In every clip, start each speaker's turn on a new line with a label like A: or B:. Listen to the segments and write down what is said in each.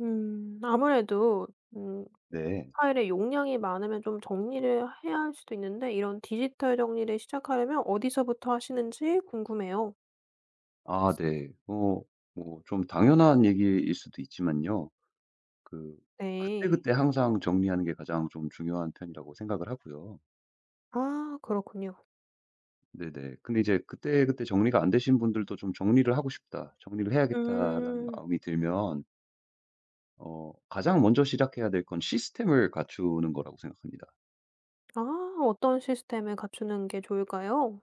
A: 음. 아무래도 음
B: 네.
A: 파일의 용량이 많으면 좀 정리를 해야 할 수도 있는데 이런 디지털 정리를 시작하려면 어디서부터 하시는지 궁금해요.
B: 아 네. 뭐 좀 당연한 얘기일 수도 있지만요. 그
A: 네.
B: 그때그때 항상 정리하는 게 가장 좀 중요한 편이라고 생각을 하고요.
A: 아 그렇군요.
B: 네네. 근데 이제 그때그때 정리가 안 되신 분들도 좀 '정리를 하고 싶다. 정리를 해야겠다.'라는
A: 음.
B: 마음이 들면 가장 먼저 시작해야 될 건 시스템을 갖추는 거라고 생각합니다.
A: 아 어떤 시스템을 갖추는 게 좋을까요?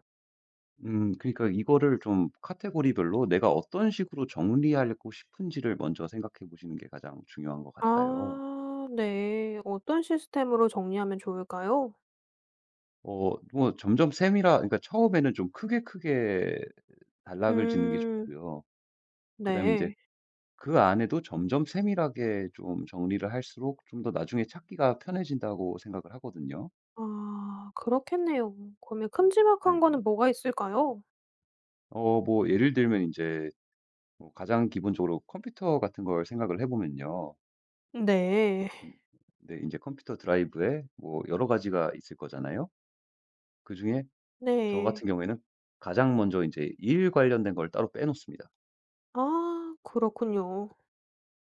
B: 그러니까 이거를 좀 카테고리별로 내가 어떤 식으로 정리하고 싶은지를 먼저 생각해 보시는 게 가장 중요한 것 같아요.
A: 아 네. 어떤 시스템으로 정리하면 좋을까요?
B: 점점 셈이라 그러니까 처음에는 좀 크게 크게 단락을 짓는 게
A: 음.
B: 좋고요. 그다음에 이제
A: 네.
B: 그 안에도 점점 세밀하게 좀 정리를 할수록 좀 더 나중에 찾기가 편해진다고 생각을 하거든요.
A: 아 그렇겠네요. 그러면 큼지막한
B: 네.
A: 거는 뭐가 있을까요?
B: 뭐 예를 들면 이제 뭐 가장 기본적으로 컴퓨터 같은 걸 생각을 해 보면요.
A: 네.
B: 음네제 컴퓨터 드라이브에 뭐 여러 가지가 있을 거잖아요. 그중에 저
A: 네.
B: 같은 경우에는 가장 먼저 이제 일 관련된 걸 따로 빼 놓습니다.
A: 아 그렇군요.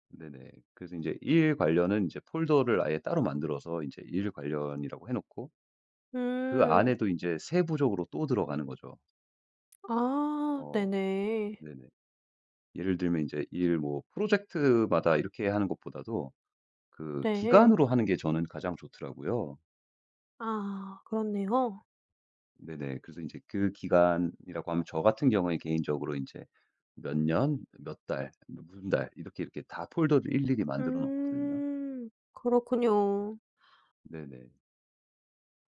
B: 네네. 그래서 이제 일 관련은 이제 폴더를 아예 따로 만들어서 이제 일 관련이라고 해 놓고 그
A: 음.
B: 안에도 이제 세부적으로 또 들어가는 거죠.
A: 아
B: 어
A: 네네.
B: 네네. 예를 들면 이제 일 뭐 프로젝트마다 이렇게 하는 것보다도 그
A: 네.
B: 기간으로 하는 게 저는 가장 좋더라고요.
A: 아 그렇네요.
B: 네네. 그래서 이제 그 기간이라고 하면 저 같은 경우에 개인적으로 이제 몇 년, 몇 달, 뭐 무슨 달 이렇게, 이렇게 다 폴더를 일일이 만들어 놓거든요.
A: 음. 그렇군요.
B: 네네.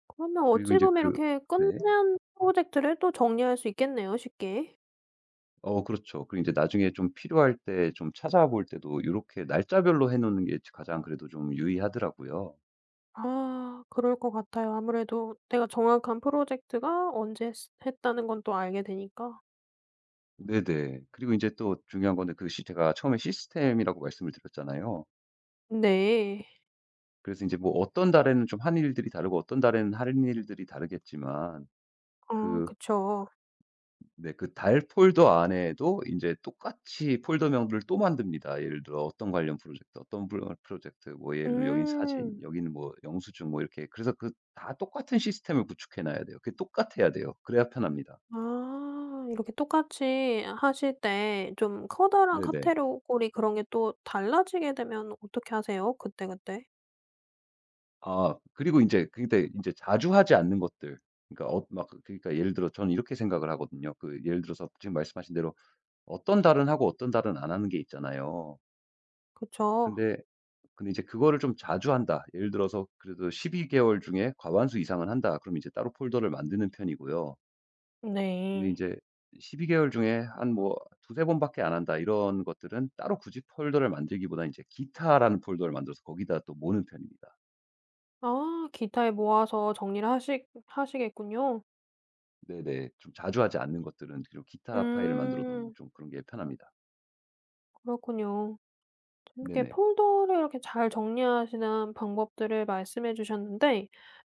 A: 그러면
B: 그리고 이
A: 어찌
B: 제
A: 보면
B: 그
A: 이렇게
B: 네.
A: 끝난 프로젝트를 또 정리할 수 있겠네요 쉽게.
B: 그렇죠. 그리고 이제 나중에 좀 필요할 때 좀 찾아볼 때도 요렇게 날짜별로 해 놓는 게 가장 그래도 좀 유의하더라고요.
A: 아 그럴 것 같아요. 아무래도 내가 정확한 프로젝트가 언제 했 했다는 건 또 알게 되니까.
B: 네네. 그리고 이제 또 중요한 건데 그 시 제가 처음에 시스템이라고 말씀을 드렸잖아요.
A: 네.
B: 그래서 이제 뭐 어떤 달에는 좀 한 일들이 다르고 어떤 달에는 할 일들이 다르겠지만
A: 아
B: 그
A: 그쵸.
B: 네. 그 달 폴더 안에도 인제 똑같이 폴더명들을 또 만듭니다. 예를 들어 어떤 관련 프로젝트, 어떤 분야 프로젝트 뭐 예를 들면 여긴 사진,
A: 음.
B: 여기는 뭐 영수증 뭐 이렇게. 그래서 그 다 똑같은 시스템을 구축해 놔야 돼요. 그게 똑같아야 돼요. 그래야 편합니다.
A: 아 이렇게 똑같이 하실 때 좀 커다란
B: 네네.
A: 카테고리 그런 게 또 달라지게 되면 어떻게 하세요? 그때그때?
B: 아 그리고 인제 근데 인제 자주 하지 않는 것들, 그러니까 그러니까 예를 들어 저는 이렇게 생각을 하거든요. 그 예를 들어서 지금 말씀하신 대로 어떤 달은 하고 어떤 달은 안 하는 게 있잖아요.
A: 그쵸?
B: 근데 근데 이제 그거를 좀 자주 한다, 예를 들어서 그래도 12 개월 중에 과반수 이상은 한다. 그럼 이제 따로 폴더를 만드는 편이고요. 근데 이
A: 네.
B: 제12 개월 중에 한 뭐 두세 번밖에 안 한다 이런 것들은 따로 굳이 폴더를 만들기보다는 이제 기타라는 폴더를 만들어서 거기다 또 모는 편입니다.
A: 아 기타에 모아서 정리를 하시겠군요.
B: 네네. 좀 자주 하지 않는 것들은 좀 기타 파일을 만들어 놓으면
A: 음
B: 좀 그런 게 편합니다.
A: 그렇군요. 이렇게
B: 네네.
A: 폴더를 이렇게 잘 정리하시는 방법들을 말씀해 주셨는데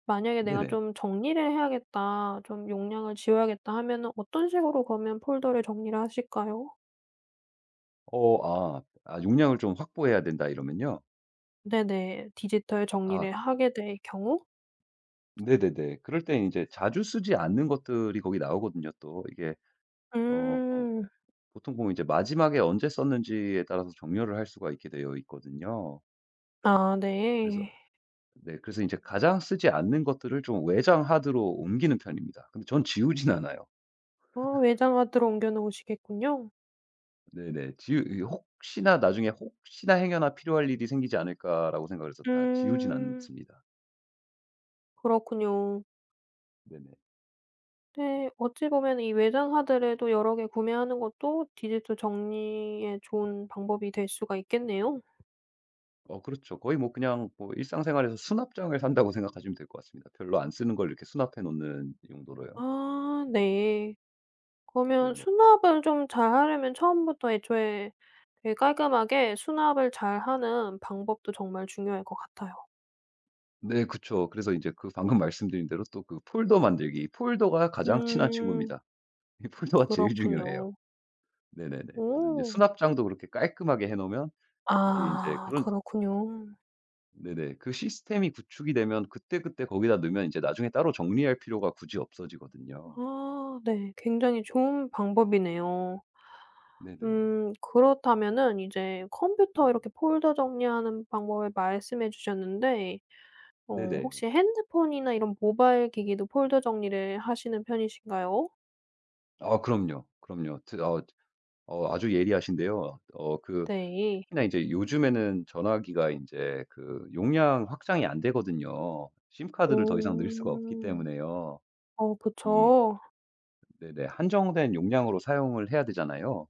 A: 만약에 '내가
B: 네네.
A: 좀 정리를 해야겠다. 좀 용량을 지워야겠다.' 하면은 어떤 식으로 그러면 폴더를 정리를 하실까요?
B: 용량을 좀 확보해야 된다 이러면요?
A: 네네. 디지털
B: 아
A: 정리를 하게 될 경우?
B: 네네네. 그럴 땐 이제 자주 쓰지 않는 것들이 거기 나오거든요 또. 이게 어
A: 음.
B: 보통 보면 이제 마지막에 언제 썼는지에 따라서 정렬을 할 수가 있게 되어 있거든요.
A: 아
B: 그래서
A: 네.
B: 네 그래서 이제 가장 쓰지 않는 것들을 좀 외장 하드로 옮기는 편입니다. 근데 전 지우진 않아요.
A: 외장하드로 옮겨 놓으시겠군요.
B: 네네. 지우 이 혹시나 나중에 '혹시나 행여나 필요할 일이 생기지 않을까.'라고 생각을 해서 다 지우진
A: 음.
B: 않습니다.
A: 그렇군요.
B: 네네.
A: 네. 어찌 보면 이 외장하드를 또 여러 개 구매하는 것도 디지털 정리에 좋은 방법이 될 수가 있겠네요.
B: 그렇죠. 거의 뭐 그냥 뭐 일상생활에서 수납장을 산다고 생각하시면 될 것 같습니다. 별로 안 쓰는 걸 이렇게 수납해 놓는 용도로요.
A: 아 네. 그러면
B: 네네.
A: 수납을 좀 잘하려면 처음부터 애초에 되게 깔끔하게 수납을 잘하는 방법도 정말 중요할 것 같아요.
B: 네 그쵸. 그래서 이제 그 방금 말씀드린 대로 또 그 폴더 만들기. 이 폴더가 가장 친한
A: 음.
B: 친구입니다. 이 폴더가 제일 중요해요.
A: 그렇군요.
B: 네네네. 그래서 이제
A: 오.
B: 수납장도 그렇게 깔끔하게 해 놓으면 이게 이제
A: 아
B: 그런
A: 그렇군요.
B: 네네. 그 시스템이 구축이 되면 그때그때 거기다 넣으면 이제 나중에 따로 정리할 필요가 굳이 없어지거든요.
A: 아 네. 굉장히 좋은 방법이네요.
B: 네네.
A: 그렇다면은 이제 컴퓨터
B: 네.
A: 이렇게 폴더 정리하는 방법을 말씀해 주셨는데
B: 네네.
A: 혹시 핸드폰이나 이런 모바일 기기도 폴더 정리를 하시는 편이신가요?
B: 아 그럼요. 그럼요. 트 어 어 아주 예리하신데요. 어그
A: 네.
B: 특히나 이제 요즘에는 전화기가 이제 그 용량 확장이 안 되거든요. 심카드를 더 이상 넣을 수가 없기
A: 음.
B: 때문에요.
A: 어
B: 이
A: 그쵸.
B: 네네. 한정된 용량으로 사용을 해야 되잖아요.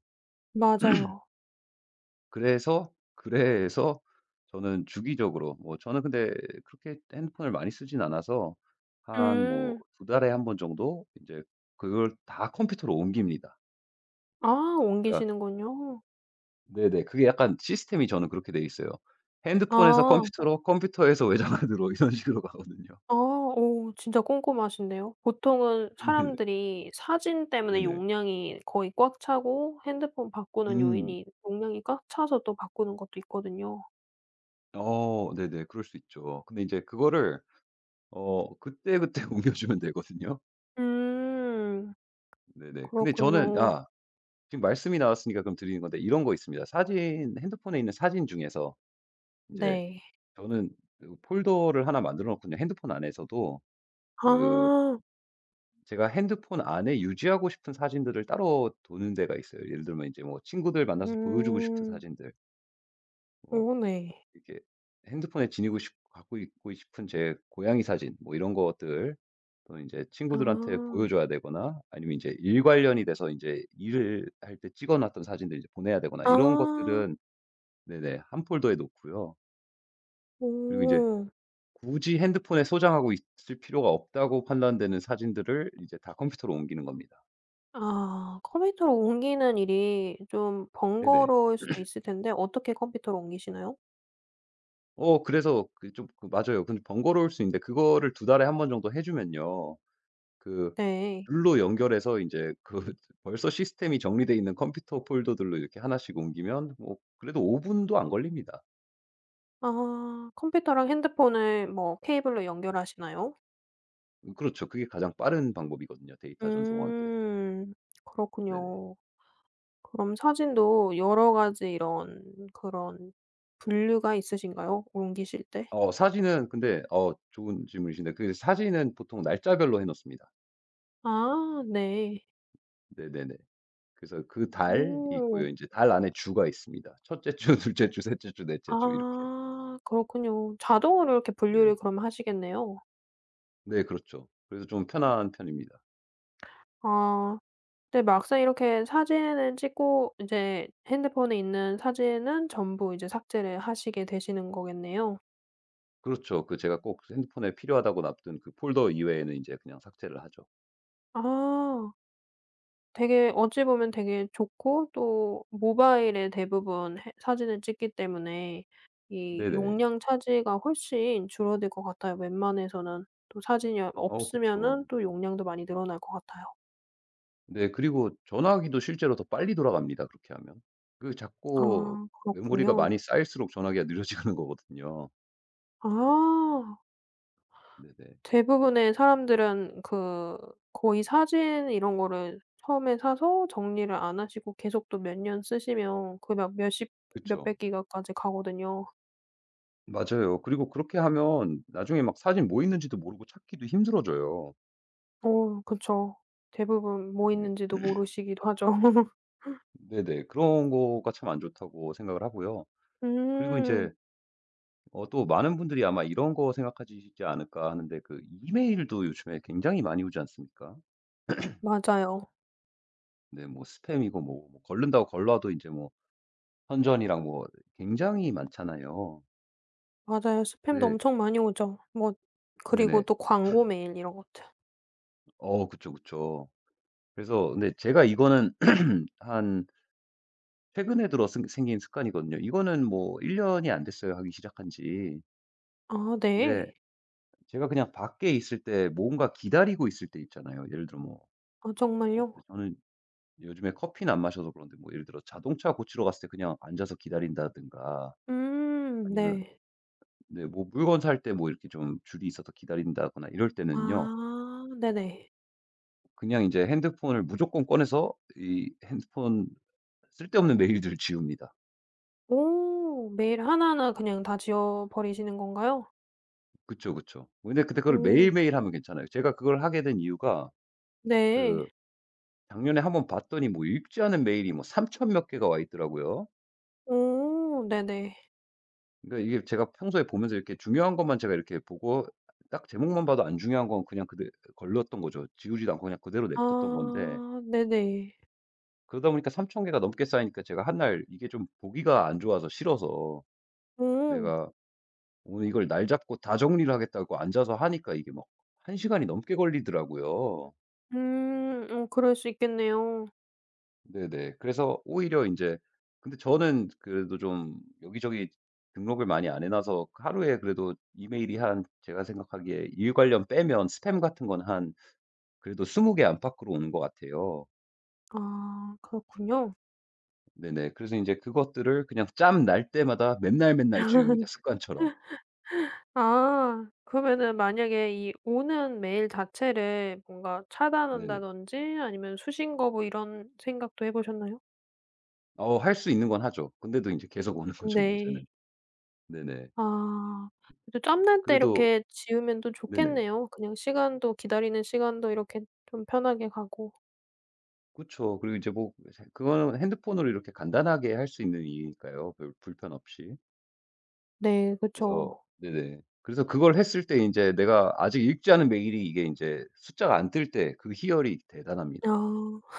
A: 맞아요.
B: 그래서 저는 주기적으로 뭐, 저는 근데 그렇게 핸드폰을 많이 쓰진 않아서 한 뭐
A: 음.
B: 2 달에 한번 정도 이제 그걸 다 컴퓨터로 옮깁니다.
A: 아
B: 그러니까
A: 옮기시는군요.
B: 네네. 그게 약간 시스템이 저는 그렇게 돼 있어요. 핸드폰에서
A: 아.
B: 컴퓨터로, 컴퓨터에서 외장하드로 이런 식으로 가거든요.
A: 아 진짜 꼼꼼하신데요. 보통은
B: 네.
A: 사람들이 사진 때문에
B: 네네.
A: 용량이 거의 꽉 차고 핸드폰 바꾸는
B: 음.
A: 요인이 용량이 꽉 차서 또 바꾸는 것도 있거든요.
B: 네네. 그럴 수 있죠. 근데 이제 그거를 그때그때 옮겨주면 되거든요.
A: 음.
B: 네네. 근데 저는
A: 그렇군요.
B: 아 지금 말씀이 나왔으니까 그럼 드리는 건데 이런 거 있습니다. 사진, 핸드폰에 있는 사진 중에서 인제
A: 네.
B: 저는 그 폴더를 하나 만들어 놓고 그냥 핸드폰 안에서도 그
A: 아.
B: 제가 핸드폰 안에 유지하고 싶은 사진들을 따로 두는 데가 있어요. 예를 들면 인제 뭐 친구들 만나서 보여주고 싶은
A: 음.
B: 사진들,
A: 어
B: 뭐
A: 네.
B: 이렇게 핸드폰에 지니고 싶 갖고 있고 싶은 제 고양이 사진 뭐 이런 것들, 또 이제 친구들한테
A: 아.
B: 보여줘야 되거나 아니면 이제 일 관련이 돼서 이제 일을 할 때 찍어 놨던 사진들 이제 보내야 되거나 이런
A: 아.
B: 것들은 네네. 한 폴더에 놓고요. 그리고 이제
A: 오.
B: 굳이 핸드폰에 소장하고 있을 필요가 없다고 판단되는 사진들을 이제 다 컴퓨터로 옮기는 겁니다.
A: 아 컴퓨터로 옮기는 일이 좀
B: 네네.
A: 번거로울 수도 있을 텐데 어떻게 컴퓨터로 옮기시나요?
B: 그래서 그 좀 그 맞아요. 근데 번거로울 수 있는데 그거를 두 달에 한 번 정도 해 주면요. 그
A: 네.
B: 룰로 연결해서 이제 그 벌써 시스템이 정리되어 있는 컴퓨터 폴더들로 이렇게 하나씩 옮기면 뭐 그래도 5 분도 안 걸립니다.
A: 아 컴퓨터랑 핸드폰을 뭐 케이블로 연결하시나요?
B: 그렇죠. 그게 가장 빠른 방법이거든요, 데이터 전송하기에.
A: 음.
B: 네네.
A: 그렇군요. 그럼 사진도 여러 가지 이런 그런 분류가 있으신가요? 옮기실 때?
B: 사진은 근데 어 좋은 질문이신데 그 사진은 보통 날짜별로 해 놓습니다.
A: 아 네.
B: 네네네. 그래서 그 달이
A: 오.
B: 있고요. 이제 달 안에 주가 있습니다. 첫째 주, 둘째 주, 셋째 주, 넷째 주 이렇게.
A: 아 그렇군요. 자동으로 이렇게 분류를
B: 네네.
A: 그럼 하시겠네요.
B: 네 그렇죠. 그래서 좀
A: 음.
B: 편한 편입니다.
A: 아 근데 막상 이렇게 사진을 찍고 이제 핸드폰에 있는 사진은 전부 이제 삭제를 하시게 되시는 거겠네요.
B: 그렇죠. 그 제가 꼭 핸드폰에 필요하다고 놔둔 그 폴더 이외에는 인제 그냥 삭제를 하죠.
A: 아. 되게 어찌 보면 되게 좋고 또 모바일에 대부분 해 사진을 찍기 때문에 이
B: 네네.
A: 용량 차지가 훨씬 줄어들 것 같아요. 웬만해서는 또 사진이
B: 어 그쵸.
A: 없으면은 또 용량도 많이 늘어날 것 같아요.
B: 네 그리고 전화기도 실제로 더 빨리 돌아갑니다 그렇게 하면. 그
A: 아
B: 자꾸 메모리가
A: 그렇군요.
B: 많이 쌓일수록 전화기가 느려지는 거거든요.
A: 아
B: 네네.
A: 대부분의 사람들은 그 거의 사진 이런 거를 처음에 사서 정리를 안 하시고 계속 또 몇 년 쓰시면 그 몇십
B: 그쵸.
A: 몇백 기가까지 가거든요.
B: 맞아요. 그리고 그렇게 하면 나중에 막 사진 뭐 있는지도 모르고 찾기도 힘들어져요.
A: 어 그쵸. 대부분 뭐
B: 네네.
A: 있는지도 모르시기도 하죠.
B: 네네. 그런 거가 참 안 좋다고 생각을 하고요. 그리고
A: 음
B: 인제 또 많은 분들이 아마 이런 거 생각하시지 않을까 하는데 그 이메일도 요즘에 굉장히 많이 오지 않습니까?
A: 맞아요.
B: 네 뭐 스팸이고 뭐 걸른다고 걸러도 이제 뭐 선전이랑 뭐 굉장히 많잖아요.
A: 맞아요. 스팸도
B: 네.
A: 엄청 많이 오죠. 뭐 그리고
B: 네네.
A: 또 광고 메일 이런 것들.
B: 그쵸, 그쵸. 그래서 근데 제가 이거는 한 최근에 들어 생 생긴 습관이거든요. 이거는 뭐 1 년이 안 됐어요 하기 시작한 지.
A: 아
B: 근데
A: 네.
B: 제가 그냥 밖에 있을 때 뭔가 기다리고 있을 때 있잖아요. 예를 들어 뭐
A: 아 정말요?
B: 저는 요즘에 커피는 안 마셔서 그런데 뭐 예를 들어 자동차 고치러 갔을 때 그냥 앉아서 기다린다든가 아니면
A: 네.
B: 네 뭐 물건 살 때 뭐 이렇게 좀 줄이 있어서 기다린다거나 이럴 때는요.
A: 아 네네.
B: 그냥 이제 핸드폰을 무조건 꺼내서 이 핸드폰 쓸데없는 메일들을 지웁니다.
A: 오 메일 하나하나 그냥 다 지워 버리시는 건가요?
B: 그쵸, 그쵸. 근데 그걸
A: 오
B: 매일매일 하면 괜찮아요. 제가 그걸 하게 된 이유가
A: 네.
B: 그 작년에 한번 봤더니 뭐 읽지 않은 메일이 뭐3천몇 개가 와 있더라고요.
A: 오 네네.
B: 그러니까 이게 제가 평소에 보면서 이렇게 중요한 것만 제가 이렇게 보고 딱 제목만 봐도 안 중요한 건 그냥 그대 걸렀던 거죠. 지우지도 않고 그냥 그대로 냅뒀던 건데
A: 아 네네.
B: 그러다 보니까 3천 개가 넘게 쌓이니까 제가 한 날 이게 좀 보기가 안 좋아서 싫어서
A: 오.
B: 내가 오늘 이걸 날 잡고 다 정리를 하겠다고 앉아서 하니까 이게 막 한 시간이 넘게 걸리더라고요.
A: 그럴 수 있겠네요.
B: 네네. 그래서 오히려 이제 근데 저는 그래도 좀 여기저기 등록을 많이 안 해 놔서 하루에 그래도 이메일이 한, 제가 생각하기에 일 관련 빼면 스팸 같은 건 한 그래도 20개 안팎으로 오는 것 같아요.
A: 아 그렇군요.
B: 네네. 그래서 이제 그것들을 그냥 짬 날 때마다 맨날 맨날 지웁니다, 습관처럼.
A: 아. 그러면은 만약에 이 오는 메일 자체를 뭔가
B: 네네.
A: 차단한다든지 아니면 수신 거부 이런 생각도 해 보셨나요?
B: 할 수 있는 건 하죠. 근데도 이제 계속 오는 거죠,
A: 네.
B: 문제는. 네네.
A: 아. 그래도 짬날 때
B: 그래도
A: 이렇게 지우면 또
B: 네네.
A: 좋겠네요. 그냥 시간도 기다리는 시간도 이렇게 좀 편하게 가고.
B: 그쵸. 그리고 이제 뭐 그거는 핸드폰으로 이렇게 간단하게 할 수 있는 일이니까요, 별 불편 없이.
A: 네.
B: 그래서
A: 그쵸.
B: 네네. 그래서 그걸 했을 때 인제 내가 아직 읽지 않은 메일이 이게 인제 숫자가 안 뜰 때 그 희열이 대단합니다.
A: 아.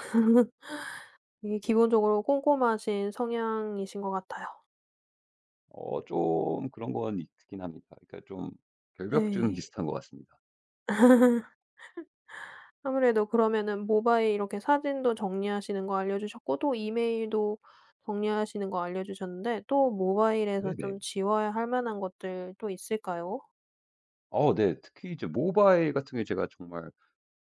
A: 이게 기본적으로 꼼꼼하신 성향이신 것 같아요.
B: 좀 그런 건 있긴 합니다. 그러니까 좀 결벽증
A: 네.
B: 비슷한 것 같습니다.
A: 아무래도 그러면은 모바일 이렇게 사진도 정리하시는 거 알려주셨고 또 이메일도 정리하시는 거 알려주셨는데 또 모바일에서
B: 네네.
A: 좀 지워야 할 만한 것들 또 있을까요?
B: 어 네. 특히 이제 모바일 같은 경우에 제가 정말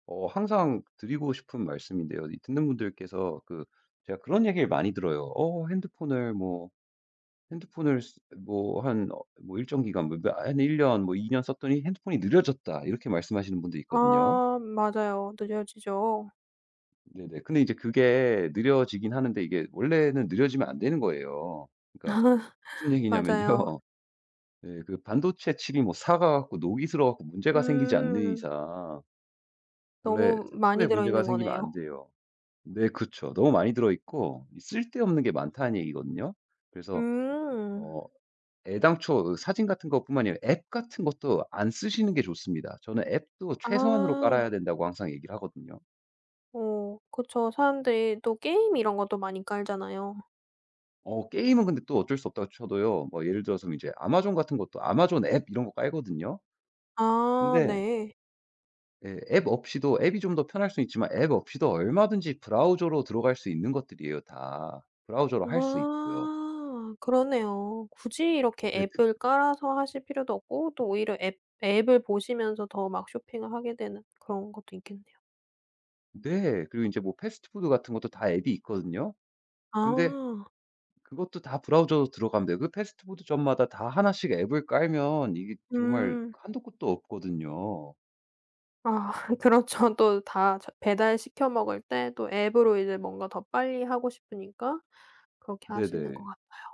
B: 항상 드리고 싶은 말씀인데요. 이 듣는 분들께서 그 제가 그런 얘기를 많이 들어요. 핸드폰을 뭐 핸드폰을 쓰 뭐 한 뭐 일정 기간 뭐 몇 한 1 년 뭐 2 년 썼더니 핸드폰이 느려졌다." 이렇게 말씀하시는 분도 있거든요.
A: 아 맞아요. 느려지죠.
B: 네네. 근데 이제 그게 느려지긴 하는데 이게 원래는 느려지면 안 되는 거예요. 그러니까 무슨 얘기냐면요.
A: 맞아요.
B: 예 그 반도체 칩이 뭐 삭아 갖고 녹이 들어 갖고 문제가 생기지 않는
A: 음.
B: 이상 원래
A: 너무
B: 습도에
A: 많이
B: 문제가
A: 들어있는
B: 생기면
A: 거네요.
B: 안 돼요. 네 그쵸. 너무 많이 들어 있고 이 쓸데없는 게 많다는 얘기거든요. 그래서
A: 음.
B: 어 애당초 그 사진 같은 것뿐만이 아니라 앱 같은 것도 안 쓰시는 게 좋습니다. 저는 앱도 최소한으로
A: 아.
B: 깔아야 된다고 항상 얘기를 하거든요.
A: 어 그쵸. 사람들이 또 게임 이런 것도 많이 깔잖아요.
B: 게임은 근데 또 어쩔 수 없다고 쳐도요. 뭐 예를 들어서 이제 아마존 같은 것도 아마존 앱 이런 거 깔거든요.
A: 아
B: 근데
A: 네.
B: 예 앱 없이도 앱이 좀 더 편할 수는 있지만 앱 없이도 얼마든지 브라우저로 들어갈 수 있는 것들이에요 다. 브라우저로 할 수 있고요.
A: 아 그러네요. 굳이 이렇게
B: 네 그
A: 앱을 깔아서 하실 필요도 없고 또 오히려 앱 앱을 보시면서 더 막 쇼핑을 하게 되는 그런 것도 있겠네요.
B: 네. 그리고 이제 뭐 패스트푸드 같은 것도 다 앱이 있거든요. 근데
A: 아
B: 그것도 다 브라우저로 들어가면 돼요. 그 패스트푸드점마다 다 하나씩 앱을 깔면 이게 정말
A: 음.
B: 한도 끝도 없거든요.
A: 아 그렇죠. 또 다 배달시켜 먹을 때 또 앱으로 이제 뭔가 더 빨리 하고 싶으니까 그렇게 하시는 것
B: 네네.
A: 같아요.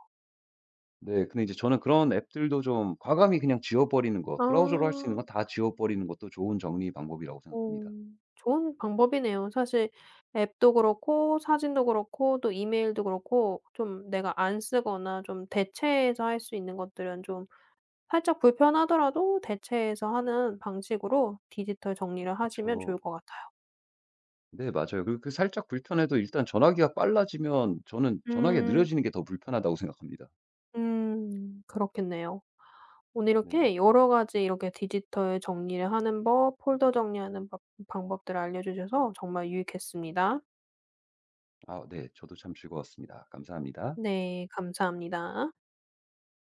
B: 네. 근데 이제 저는 그런 앱들도 좀 과감히 그냥 지워 버리는 것,
A: 아.
B: 브라우저로 할 수 있는 건 다 지워 버리는 것도 좋은 정리 방법이라고
A: 어
B: 생각합니다.
A: 좋은 방법이네요. 사실 앱도 그렇고 사진도 그렇고 또 이메일도 그렇고 좀 내가 안 쓰거나 좀 대체해서 할 수 있는 것들은 좀 살짝 불편하더라도 대체해서 하는 방식으로 디지털 정리를 하시면
B: 그쵸.
A: 좋을 것 같아요.
B: 네 맞아요. 그리고 그 살짝 불편해도 일단 전화기가 빨라지면 저는 전화기가
A: 음.
B: 느려지는 게 더 불편하다고 생각합니다.
A: 음. 그렇겠네요. 오늘
B: 네네.
A: 이렇게 여러 가지 이렇게 디지털 정리를 하는 법, 폴더 정리하는 법 방법들을 알려 주셔서 정말 유익했습니다.
B: 아 네. 저도 참 즐거웠습니다. 감사합니다.
A: 네. 감사합니다.